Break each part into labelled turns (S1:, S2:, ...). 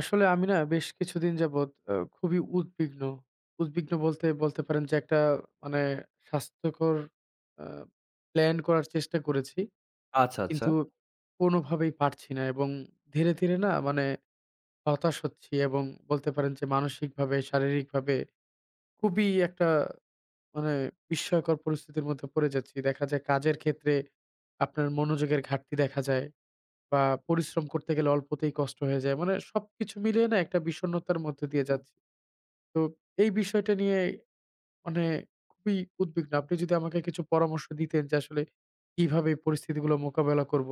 S1: আসলে আমি না বেশ কিছুদিন যাবৎ খুবই উদ্বিগ্ন। উদ্বিগ্ন বলতে পারেন যে একটা মানে স্বাস্থ্যকর আ প্ল্যান করার চেষ্টা করেছি।
S2: আচ্ছা, আচ্ছা।
S1: কিন্তু কোনোভাবেই পারছি না এবং ধীরে, ধীরে না মানে হতাশ হচ্ছি এবং বলতে পারেন যে মানসিকভাবে, শারীরিকভাবে খুবই একটা মানে বিস্ময়কর পরিস্থিতির মধ্যে পড়ে যাচ্ছি। দেখা যায় কাজের ক্ষেত্রে আপনার মনোযোগের ঘাটতি দেখা যায়। বা পরিশ্রম করতে গেলে অল্পতেই কষ্ট হয়ে যায়। মানে সবকিছু মিলিয়ে না একটা বিষণ্ণতার মধ্যে দিয়ে যাচ্ছি। তো এই বিষয়টা নিয়ে মানে খুবই উদ্বিগ্ন। আপনি যদি আমাকে কিছু পরামর্শ দিতেন যে আসলে কিভাবে এই পরিস্থিতিগুলো মোকাবেলা করব?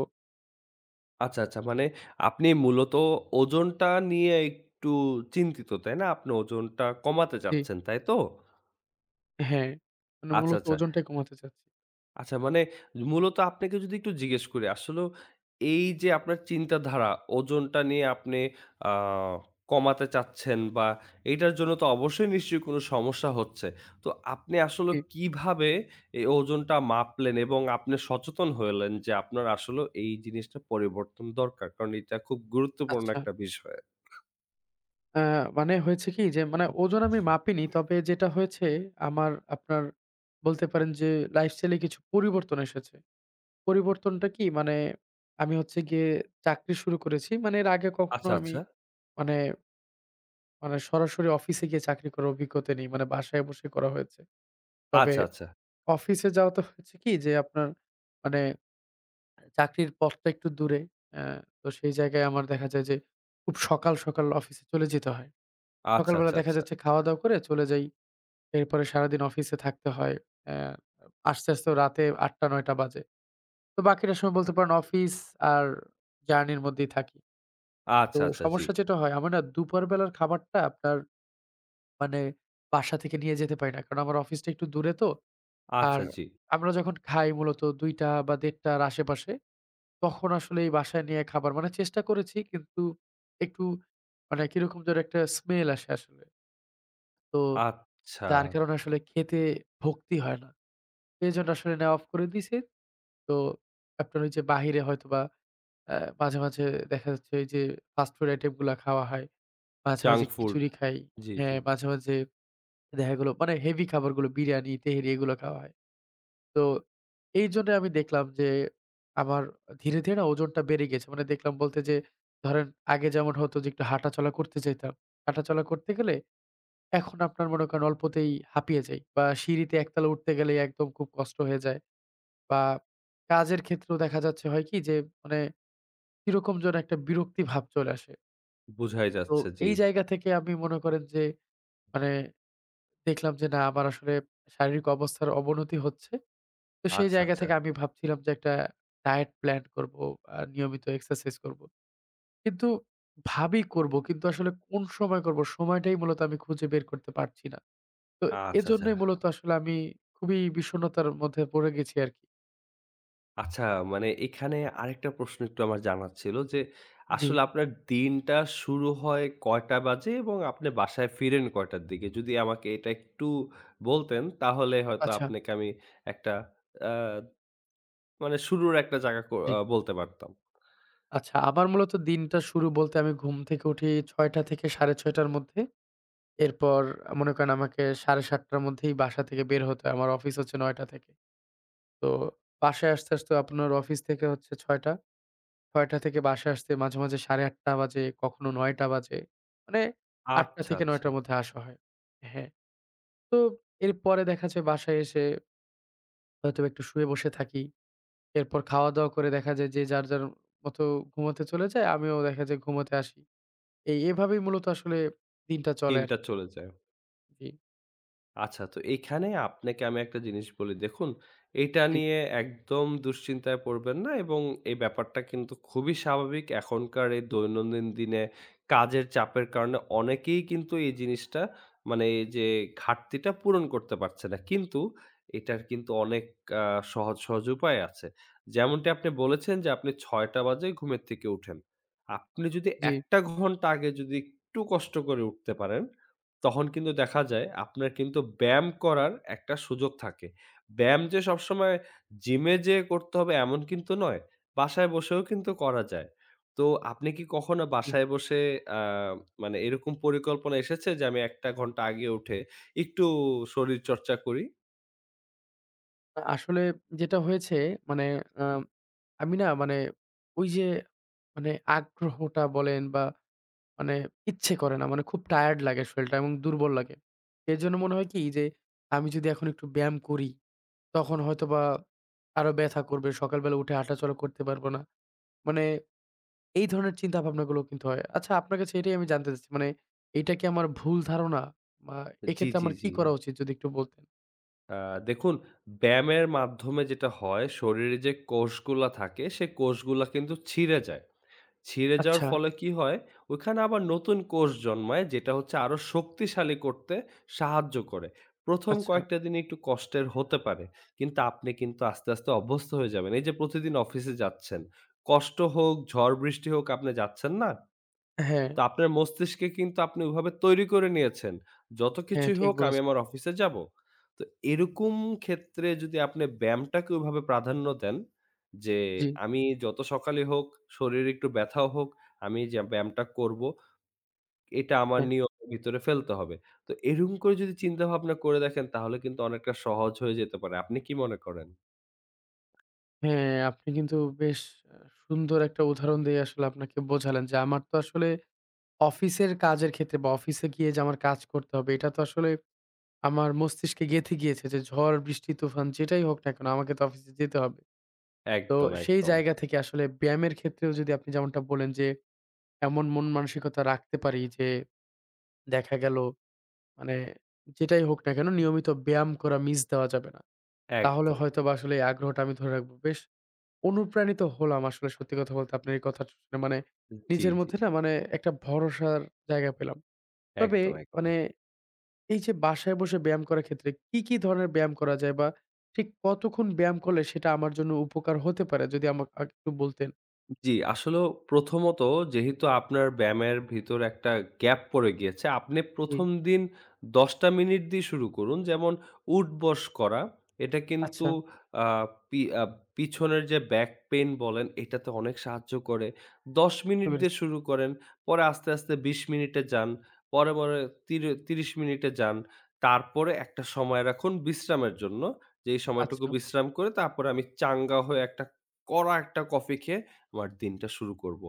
S2: আচ্ছা, আচ্ছা। মানে আপনি মূলত ওজনটা নিয়ে একটু চিন্তিত, তাই না? আপনি ওজনটা কমাতে
S1: জি,
S2: চাচ্ছেন, তাই তো?
S1: হ্যাঁ, মানে
S2: আচ্ছা,
S1: মূলত
S2: আচ্ছা।
S1: ওজনটাই কমাতে চাচ্ছি।
S2: আচ্ছা মানে মূলত আপনাকে যদি একটু জিজ্ঞেস করি, আসলেও এই যে আপনার চিন্তাধারা, ওজনটা নিয়ে আপনি আ কমাতে চাচ্ছেন, বা এইটার জন্য তো অবশ্যই নিশ্চয়ই কোনো সমস্যা হচ্ছে। তো আপনি আসলে
S1: জি,
S2: কিভাবে এই ওজনটা মাপলেন এবং আপনি সচেতন হলেন যে আপনার আসলেও এই জিনিসটা পরিবর্তন দরকার। কারণ এটা খুব গুরুত্বপূর্ণ
S1: আচ্ছা।
S2: একটা বিষয়।
S1: আ মানে হয়েছে কি যে মানে ওজন আমি মাপিনি। তবে যেটা হয়েছে আমার আপনার বলতে পারেন যে লাইফস্টাইল এ কিছু পরিবর্তন এসেছে। পরিবর্তনটা কি মানে আমি হচ্ছে গিয়ে চাকরি শুরু করেছি। মানে এর আগে কখনো
S2: আচ্ছা,
S1: আমি
S2: আচ্ছা।
S1: মানে, মানে সরাসরি অফিসে গিয়ে চাকরি করার অভিজ্ঞতা নেই। মানে বাসায় বসে করা হয়েছে। তবে
S2: আচ্ছা, আচ্ছা।
S1: অফিসে যাওয়াতে হয়েছে কি যে আপনার মানে চাকরির পথটা একটু দূরে। অ্যা তো সেই জায়গায় আমার দেখা যায় যে খুব সকাল, সকাল অফিসে চলে যেতে হয়।
S2: আচ্ছা,
S1: সকালবেলা
S2: আচ্ছা,
S1: দেখা
S2: আচ্ছা।
S1: যাচ্ছে খাওয়া-দাওয়া করে চলে যাই। এরপরে সারাদিন অফিসে থাকতে হয়। অ্যা আসতে, আসতেও রাতে ৮ঃ০০-৯ঃ০০ বাজে। তো বাকিটা সময় বলতে পারেন অফিস আর জার্নির মধ্যেই থাকি। তো
S2: আচ্ছা, আচ্ছা, জি।
S1: সমস্যা যেটা হয় আমি না দুপুর বেলার খাবারটা আপনার মানে বাসা থেকে নিয়ে যেতে পারি না। কারণ আমার অফিসটা একটু দূরে তো। আর
S2: আচ্ছা, জি।
S1: আমরা যখন খাই মূলত ২টা বা ১:৩০ র আশেপাশে তখন আসলে এই বাসায় নিয়ে খাবার মানে চেষ্টা করেছি কিন্তু একটু মানে কিরকম যেন একটা স্মেল আসে আসলে। তো
S2: আচ্ছা।
S1: যার কারণে আসলে খেতে ভক্তি হয় না। এজন্য আসলে নেওয়া অফ করে দিয়েছি। তো আপনার ওই যে বাহিরে হয়তোবা মাঝে, মাঝে দেখা যাচ্ছে এই যে ফাস্ট ফুড আইটেম গুলা খাওয়া হয়। মাঝে,
S2: জাঙ্ক
S1: মাঝে
S2: ফুড।
S1: খিচুড়ি খাই।
S2: জি, জি।
S1: হ্যাঁ, মাঝে, মাঝে দেখা গেল মানে হেভি খাবারগুলো বিরিয়ানি, তেহেরি এগুলো খাওয়া হয়। তো এইজন্য আমি দেখলাম যে আমার ধীরে, ধীরে না ওজনটা বেড়ে গেছে। মানে দেখলাম বলতে যে ধরেন আগে যেমন হতো যে একটু হাঁটাচলা করতে চাইতাম। হাঁটাচলা করতে গেলে এখন আপনার মনে করেন অল্পতেই হাঁপিয়ে যাই বা সিঁড়িতে একতলা উঠতে গেলেই একদম খুব কষ্ট হয়ে যায়, বা কাজের ক্ষেত্রেও দেখা যাচ্ছে হয় কি যে মানে কিরকম যেন একটা বিরক্তি ভাব চলে আসে।
S2: বুঝাই
S1: তো
S2: যাচ্ছে, জি।
S1: এই জায়গা থেকে আমি মনে করেন যে মানে দেখলাম যে না আমার আসলে শারীরিক অবস্থার অবনতি হচ্ছে। তো সেই
S2: আচ্ছা,
S1: জায়গা
S2: আচ্ছা।
S1: থেকে আমি ভাবছিলাম যে একটা ডায়েট প্ল্যান করব, নিয়মিত এক্সারসাইজ করব। কিন্তু ভাবি করব কিন্তু আসলে কোন সময় করব সময়টাই মূলত আমি খুঁজে বের করতে পারছি না। তো
S2: আচ্ছা, আচ্ছা।
S1: এজন্যই মূলত আসলে আমি খুবই বিষণ্ণতার মধ্যে পড়ে গেছি আরকি।
S2: আচ্ছা মানে এখানে আরেকটা প্রশ্ন একটু আমার জানার ছিল যে,
S1: জি,
S2: আসলে আপনার দিনটা শুরু হয় কয়টা বাজে এবং আপনি বাসায় ফিরেন কয়টার দিকে? যদি আমাকে এটা একটু বলতেন তাহলে হয়তো
S1: আচ্ছা,
S2: আপনাকে আমি একটা আ মানে শুরুর একটা জায়গা ক
S1: জি।
S2: আ বলতে পারতাম।
S1: আচ্ছা আমার মূলত দিনটা শুরু বলতে আমি ঘুম থেকে উঠি ৬ঃ০০ থেকে ৬:৩০ র মধ্যে। এরপর মনে করেন আমাকে ৭:৩০ টার মধ্যেই বাসা থেকে বের হতে হয়। আমার অফিস হচ্ছে ৯ঃ০০ থেকে। তো বাসায় আসতে, আসতে আপনার অফিস থেকে হচ্ছে ৬ঃ০০ ৬ঃ০০ থেকে বাসায় আসতে মাঝে, মাঝে ৮:৩০ বাজে, কখনো ৯ঃ০০ বাজে। মানে ৮ঃ০০
S2: আচ্ছা,
S1: থেকে
S2: আচ্ছা।
S1: ৯ঃ০০ র মধ্যে আসা হয়। হ্যাঁ, তো এরপরে দেখা যায় বাসায় এসে হয়তো একটু শুয়ে বসে থাকি। এরপর খাওয়া-দাওয়া করে দেখা যায় যে যার, যার মতো ঘুমোতে চলে যায়। আমিও দেখা যায় ঘুমোতে আসি। এই এভাবেই মূলত আসলে দিনটা চলে
S2: দিনটা
S1: আরকি।
S2: চলে যায়।
S1: জি,
S2: আচ্ছা, তো এইখানে আপনাকে আমি একটা জিনিস বলি। দেখুন, এটা
S1: জি,
S2: নিয়ে একদম দুশ্চিন্তায় পড়বেন না, এবং এই ব্যাপারটা কিন্তু খুবই স্বাভাবিক। এখনকার এই দৈনন্দিন দিনে কাজের চাপের কারণে অনেকেই কিন্তু এই জিনিসটা মানে এই যে ঘাটতিটা পূরণ করতে পারছে না। কিন্তু এটার কিন্তু অনেক আ সহজ, সহজ উপায় আছে। যেমনটি আপনি বলেছেন যে আপনি ৬ টা বাজে ঘুমের থেকে উঠেন। আপনি যদি
S1: জি,
S2: ১ টা ঘন্টা আগে যদি একটু কষ্ট করে উঠতে পারেন, তখন কিন্তু দেখা যায় আপনার কিন্তু ব্যায়াম করার একটা সুযোগ থাকে। ব্যায়াম যে সবসময় জিমে যেয়ে করতে হবে এমন কিন্তু নয়। বাসায় বসেও কিন্তু করা যায়। তো আপনি কি কখনো
S1: জি।
S2: বাসায় বসে আ মানে এরকম পরিকল্পনা এসেছে যে আমি ১ টা ঘন্টা আগে উঠে একটু শরীরচর্চা করি?
S1: আসলে যেটা হয়েছে মানে আ আমি না মানে ওই যে মানে আগ্রহটা বলেন বা মানে ইচ্ছে করে না। মানে খুব টায়ার্ড লাগে শরীরটা এবং দুর্বল লাগে। এজন্য মনে হয় কি যে আমি যদি এখন একটু ব্যায়াম করি তখন হয়তোবা আরো ব্যথা করবে। সকালবেলা উঠে হাঁটাচলা করতে পারবো না। মানে এই ধরনের চিন্তা ভাবনাগুলো কিন্তু হয়। আচ্ছা আপনার কাছে এটাই আমি জানতে চাচ্ছি মানে এটা কি আমার ভুল ধারণা? বা
S2: জি,
S1: এক্ষেত্রে
S2: জি,
S1: আমার
S2: জি।
S1: কি করা উচিত যদি একটু বলতেন?
S2: আ দেখুন, ব্যায়ামের মাধ্যমে যেটা হয়, শরীরে যে কোষগুলা থাকে সে কোষগুলা কিন্তু ছিঁড়ে যায়। ছিঁড়ে যাওয়ার
S1: আচ্ছা,
S2: ফলে কি হয়? ওইখানে আবার নতুন কোষ জন্মায়, যেটা হচ্ছে আরো শক্তিশালী করতে সাহায্য করে। ১ম
S1: আচ্ছা।
S2: কয়েকটা দিন একটু কষ্টের হতে পারে। কিন্তু আপনি কিন্তু আস্তে, আস্তে অভ্যস্ত হয়ে যাবেন। এই যে প্রতিদিন অফিসে যাচ্ছেন। কষ্ট হোক, ঝড় বৃষ্টি হোক, আপনি যাচ্ছেন না?
S1: হ্যাঁ,
S2: তো আপনার মস্তিষ্কে কিন্তু আপনি ওভাবে তৈরি করে নিয়েছেন। যত
S1: হ্যাঁ
S2: কিছুই
S1: ঠিক
S2: হোক আমি
S1: বলেছেন।
S2: আমার অফিসে যাবো। তো এরকম ক্ষেত্রে যদি আপনি ব্যায়ামটাকে ওইভাবে প্রাধান্য দেন যে,
S1: জি,
S2: আমি যত সকালই হোক, শরীরে একটু ব্যথাও হোক, আমি যে ব্যায়ামটা করবো, এটা আমার
S1: হ্যাঁ,
S2: নিয়মের ভিতরে ফেলতে হবে। তো এরকম করে যদি চিন্তাভাবনা করে দেখেন তাহলে কিন্তু অনেকটা সহজ হয়ে যেতে পারে। আপনি কি মনে করেন?
S1: হ্যাঁ, আপনি কিন্তু বেশ আ সুন্দর একটা উদাহরণ দিয়ে আসলে আপনাকে বোঝালেন যে, আমার তো আসলে অফিসের কাজের ক্ষেত্রে বা অফিসে গিয়ে যে আমার কাজ করতে হবে, এটা তো আসলে আমার মস্তিষ্কে গেঁথে গিয়েছে যে ঝড়, বৃষ্টি, তুফান যেটাই হোক না কেন আমাকে তো অফিসে যেতে হবে। তো
S2: একদম,
S1: সেই
S2: একদম,
S1: জায়গা থেকে আসলে ব্যায়ামের ক্ষেত্রেও যদি আপনি যেমনটা বললেন যে, এমন মন মানসিকতা রাখতে পারি যে দেখা গেল মানে যেটাই হোক না কেন নিয়মিত ব্যায়াম করা মিস দেওয়া যাবে না। তাহলে
S2: একদম।
S1: হয়তোবা আসলে এই আগ্রহটা আমি ধরে রাখবো। বেশ অনুপ্রাণিত হলাম আসলে সত্যি কথা বলতে আপনার এই কথাটা শুনে। মানে
S2: জি,
S1: নিজের
S2: জি।
S1: মধ্যে না মানে একটা ভরসার জায়গা পেলাম। তবে
S2: একদম, একদম।
S1: মানে এই যে বাসায় বসে ব্যায়াম করার ক্ষেত্রে কি, কি ধরনের ব্যায়াম করা যায় বা ঠিক কতক্ষণ ব্যায়াম করলে সেটা আমার জন্য উপকার হতে পারে? যদি আমাকে একটু বলতেন।
S2: জি, আসলেও প্রথমত, যেহেতু আপনার ব্যায়ামের ভিতর একটা গ্যাপ পড়ে গিয়েছে, আপনি
S1: জি।
S2: ১ম দিন ১০ টা মিনিট দিয়ে শুরু করুন। যেমন উঠবস করা। এটা কিন্তু
S1: আচ্ছা,
S2: আ পি আ পিছনের যে ব্যাক পেইন বলেন, এটাতে অনেক সাহায্য করে। ১০
S1: বুঝতে
S2: মিনিট দিয়ে
S1: পেরেছি।
S2: শুরু করেন, পরে আস্তে, আস্তে ২০ মিনিটে যান, পরে ৩০ মিনিটে যান। তারপরে একটা সময় রাখুন বিশ্রামের জন্য। যেই সময়টুকু
S1: আচ্ছা,
S2: বিশ্রাম করে তারপরে আমি চাঙ্গা হয়ে একটা কড়া একটা কফি খেয়ে আমার দিনটা শুরু করব।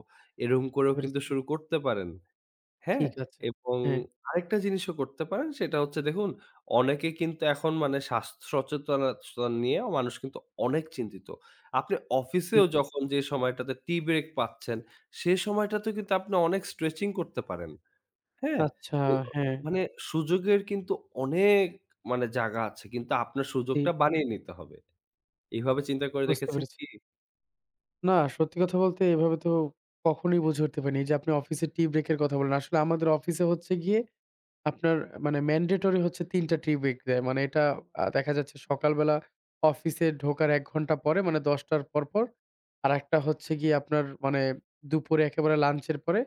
S2: এরকম
S1: বুঝতে
S2: করেও কিন্তু
S1: পেরেছি।
S2: শুরু করতে পারেন। হ্যাঁ?
S1: ঠিক আছে।
S2: এবং
S1: হ্যাঁ।
S2: আরেকটা জিনিসও করতে পারেন, সেটা হচ্ছে, দেখুন, অনেকে কিন্তু এখন মানে স্বাস্থ্য সচেতনতা নিয়ে মানুষ কিন্তু অনেক চিন্তিত। আপনি
S1: জি।
S2: অফিসেও জি। যখন যে সময়টাতে টি ব্রেক পাচ্ছেন, সে সময়টাতেও কিন্তু আপনি অনেক স্ট্রেচিং করতে পারেন। হ্যাঁ?
S1: আচ্ছা,
S2: ও
S1: হ্যাঁ।
S2: মানে সুযোগের কিন্তু অনেক জায়গা আছে। কিন্তু আপনার
S1: জি।
S2: সুযোগটা বানিয়ে নিতে হবে। এভাবে চিন্তা করে
S1: বুঝতে
S2: দেখেছেন
S1: পেরেছি।
S2: কি?
S1: না সত্যি কথা বলতে এভাবে তো কখনোই বুঝে উঠতে পারিনি। এই যে আপনি অফিসে টি ব্রেক এর কথা বললেন। আসলে আমাদের অফিসে হচ্ছে গিয়ে আপনার মানে ম্যান্ডেটরি হচ্ছে ৩ টা টি ব্রেক দেয়। মানে এটা দেখা যাচ্ছে সকালবেলা অফিসে ঢোকার ১ ঘন্টা পরে মানে ১০:০০ র পরপর। আরেকটা হচ্ছে গিয়ে আপনার মানে দুপুরে একেবারে লাঞ্চের পরে।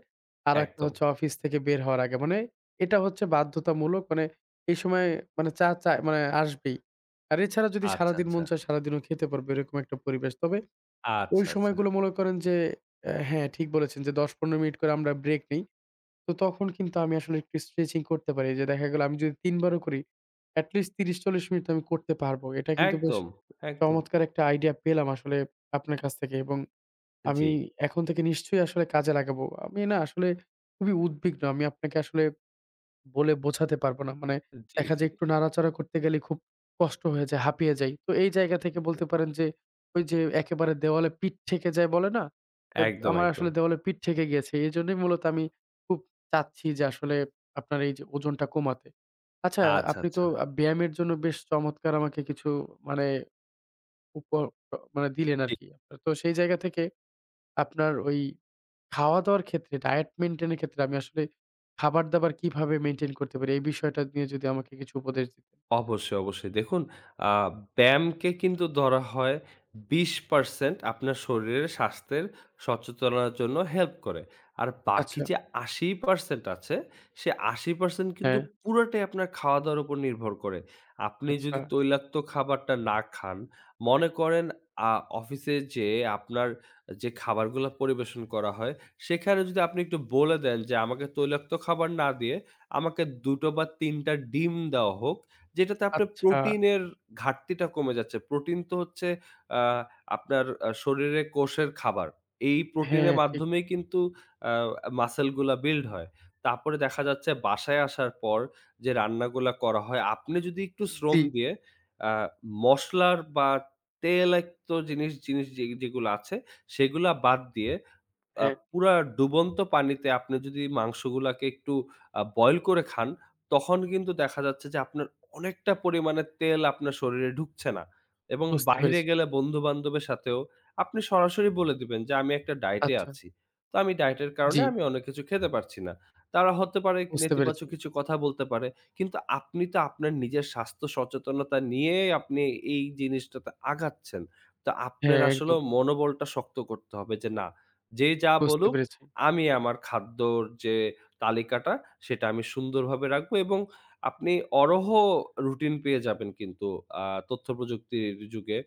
S1: আরেকটা
S2: একদম।
S1: হচ্ছে অফিস থেকে বের হওয়ার আগে। মানে এটা হচ্ছে বাধ্যতামূলক। মানে এই সময় মানে চা চায় মানে আসবেই। আর এছাড়া যদি
S2: আচ্ছা,
S1: সারাদিন
S2: আচ্ছা,
S1: মন চায় সারাদিনও খেতে পারবে এরকম একটা পরিবেশ। তবে ওই
S2: আচ্ছা, আচ্ছা।
S1: সময়গুলো মনে করেন যে হ্যাঁ, ঠিক বলেছেন যে ১০-১৫ মিনিট করে আমরা ব্রেক নেই। তো তখন কিন্তু আমি আসলে একটু স্ট্রেচিং করতে পারি। যে দেখা গেল আমি যদি ৩ বারও করি, এটলিস্ট ৩০-৪০ মিনিট তো আমি করতে পারবো। এটা কিন্তু বেশ
S2: একদম, একদম।
S1: চমৎকার একটা আইডিয়া পেলাম আসলে আপনার কাছ থেকে এবং আমি
S2: জি,
S1: এখন থেকে নিশ্চয়ই আসলে কাজে লাগাবো। আমি না আসলে খুবই উদ্বিগ্ন। আমি আপনাকে আসলে বলে বোঝাতে পারবো না। মানে
S2: জি,
S1: দেখা
S2: জি,
S1: যায় একটু নাড়াচাড়া করতে গেলে খুব কষ্ট হয়ে যায়, হাঁপিয়ে যাই। তো এই জায়গা থেকে
S2: জি।
S1: বলতে পারেন যে ওই যে একেবারে দেওয়ালে পিঠ ঠেকে যায় বলে না? এব
S2: একদম,
S1: আমার
S2: একদম।
S1: আসলে দেওয়ালে পিঠ ঠেকে গিয়েছে। এজন্যই মূলত আমি খুব চাচ্ছি যে আসলে আপনার এই যে ওজনটা কমাতে। আচ্ছা
S2: আচ্ছা,
S1: আপনি তো
S2: আচ্ছা।
S1: ব্যায়ামের জন্য বেশ চমৎকার আমাকে কিছু মানে উপ মানে দিলেন
S2: জি।
S1: আরকি। তো সেই জায়গা থেকে আপনার ওই খাওয়া-দাওয়ার ক্ষেত্রে ডায়েট মেইনটেইন এর ক্ষেত্রে আমি আসলে খাবার-দাবার কিভাবে মেইনটেইন করতে পারি? এই বিষয়টা নিয়ে যদি আমাকে কিছু উপদেশ দিতেন।
S2: অবশ্যই, অবশ্যই। দেখুন, আ ব্যায়ামকে কিন্তু ধরা হয় ২০% আপনার শরীরের স্বাস্থ্যের সচেতনার জন্য হেল্প করে। আর বাকি
S1: আচ্ছা।
S2: যে ৮০% আছে, সে ৮০% কিন্তু
S1: হ্যাঁ।
S2: পুরাটাই আপনার খাওয়া-দাওয়ার উপর নির্ভর করে। আপনি
S1: আচ্ছা,
S2: যদি তৈলাক্ত খাবারটা না খান, মনে করেন আ অফিসে যেয়ে আপনার যে খাবারগুলা পরিবেশন করা হয়, সেখানে যদি আপনি একটু বলে দেন যে, "আমাকে তৈলাক্ত খাবার না দিয়ে আমাকে ২ টো বা ৩ টা ডিম দেওয়া হোক।" যেটাতে আপনার
S1: আচ্ছা।
S2: প্রোটিনের ঘাটতিটা কমে যাচ্ছে। প্রোটিন তো হচ্ছে আ আপনার শরীরে কোষের খাবার। এই প্রোটিনের
S1: হ্যাঁ, ঠিক।
S2: মাধ্যমেই কিন্তু আ মাসল গুলা বিল্ড হয়। তারপরে দেখা যাচ্ছে বাসায় আসার পর যে রান্নাগুলা করা হয়, আপনি যদি একটু শ্রম
S1: জি।
S2: দিয়ে আ মসলার বা তেলাক্ত জিনিস যে যেগুলো আছে সেগুলা বাদ দিয়ে আ
S1: হ্যাঁ,
S2: পুরা ডুবন্ত পানিতে আপনি যদি মাংসগুলাকে একটু বয়েল করে খান, তখন কিন্তু দেখা যাচ্ছে যে আপনার অনেকটা পরিমাণে তেল আপনার শরীরে ঢুকছে না। এবং
S1: বুঝতে
S2: বাহিরে
S1: পেরেছি।
S2: গেলে বন্ধু-বান্ধবের সাথেও আপনি সরাসরি বলে দিবেন যে, "আমি একটা ডায়েটে
S1: আচ্ছা।
S2: আছি। তো আমি ডায়েটের কারণে
S1: জি,
S2: আমি অনেক কিছু খেতে পারছি না।" তারা হতে পারে
S1: বুঝতে পেরেছি।
S2: নেতিবাচক কিছু কথা বলতে পারে। কিন্তু আপনি তো আপনার নিজের স্বাস্থ্য সচেতনতা নিয়ে আপনি এই জিনিসটাতে আগাচ্ছেন। তো আপনার
S1: হ্যাঁ, একদম
S2: আসলেও মনোবলটা শক্ত করতে হবে যে, "না, যে যা
S1: বুঝতে
S2: বলুক,
S1: পেরেছি।
S2: আমি আমার খাদ্যর যে তালিকাটা সেটা আমি সুন্দরভাবে রাখবো।" এবং আপনি অরহ রুটিন পেয়ে যাবেন কিন্তু তথ্যপ্রযুক্তির যুগে।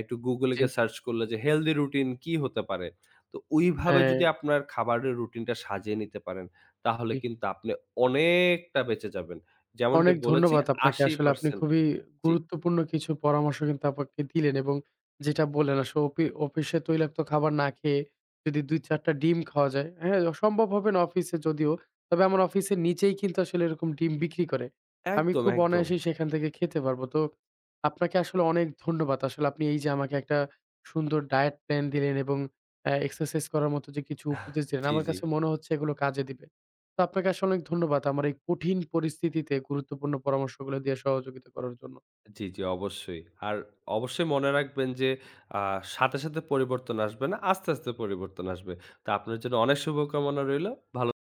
S2: একটু Google
S1: জি,
S2: গিয়ে সার্চ করলে যে হেলদি রুটিন কি হতে পারে? তো ওইভাবে
S1: হ্যাঁ।
S2: যদি আপনার খাবারের রুটিনটা সাজিয়ে নিতে পারেন, তাহলে কিন্তু আপনি অনেকটা বেঁচে যাবেন। যেমনটি
S1: অনেক
S2: বলেছি
S1: ধন্যবাদ আপনাকে। আসলে আপনি
S2: ৮০%।
S1: খুবই
S2: জি।
S1: গুরুত্বপূর্ণ কিছু পরামর্শ কিন্তু আমাকে দিলেন এবং যেটা বললেন আসলে অফিসে তৈলাক্ত খাবার না খেয়ে যদি ২-৪ টা ডিম খাওয়া যায়, হ্যাঁ? সম্ভব হবে না অফিসে যদিও। তবে আমার অফিসের নিচেই কিন্তু আসলে এরকম ডিম বিক্রি করে। আমি
S2: একদম,
S1: খুব
S2: একদম।
S1: অনায়াসেই সেখান থেকে খেতে পারবো। তো আপনাকে আসলে অনেক ধন্যবাদ। আসলে আপনি এই যে আমাকে একটা সুন্দর ডায়েট প্ল্যান দিলেন এবং এক্সারসাইজ করার মতো যে কিছু উপদেশ দিলেন,
S2: জি,
S1: আমার
S2: জি।
S1: কাছে মনে হচ্ছে এগুলো কাজে দিবে। তো আপনাকে আসলে অনেক ধন্যবাদ আমার এই কঠিন পরিস্থিতিতে গুরুত্বপূর্ণ পরামর্শগুলো দিয়ে সহযোগিতা করার জন্য।
S2: জি, জি, অবশ্যই। আর অবশ্যই মনে রাখবেন যে আ সাথে, সাথে পরিবর্তন আসবে না। আস্তে, আস্তে পরিবর্তন আসবে। তো আপনার জন্য অনেক শুভকামনা রইলো। ভালো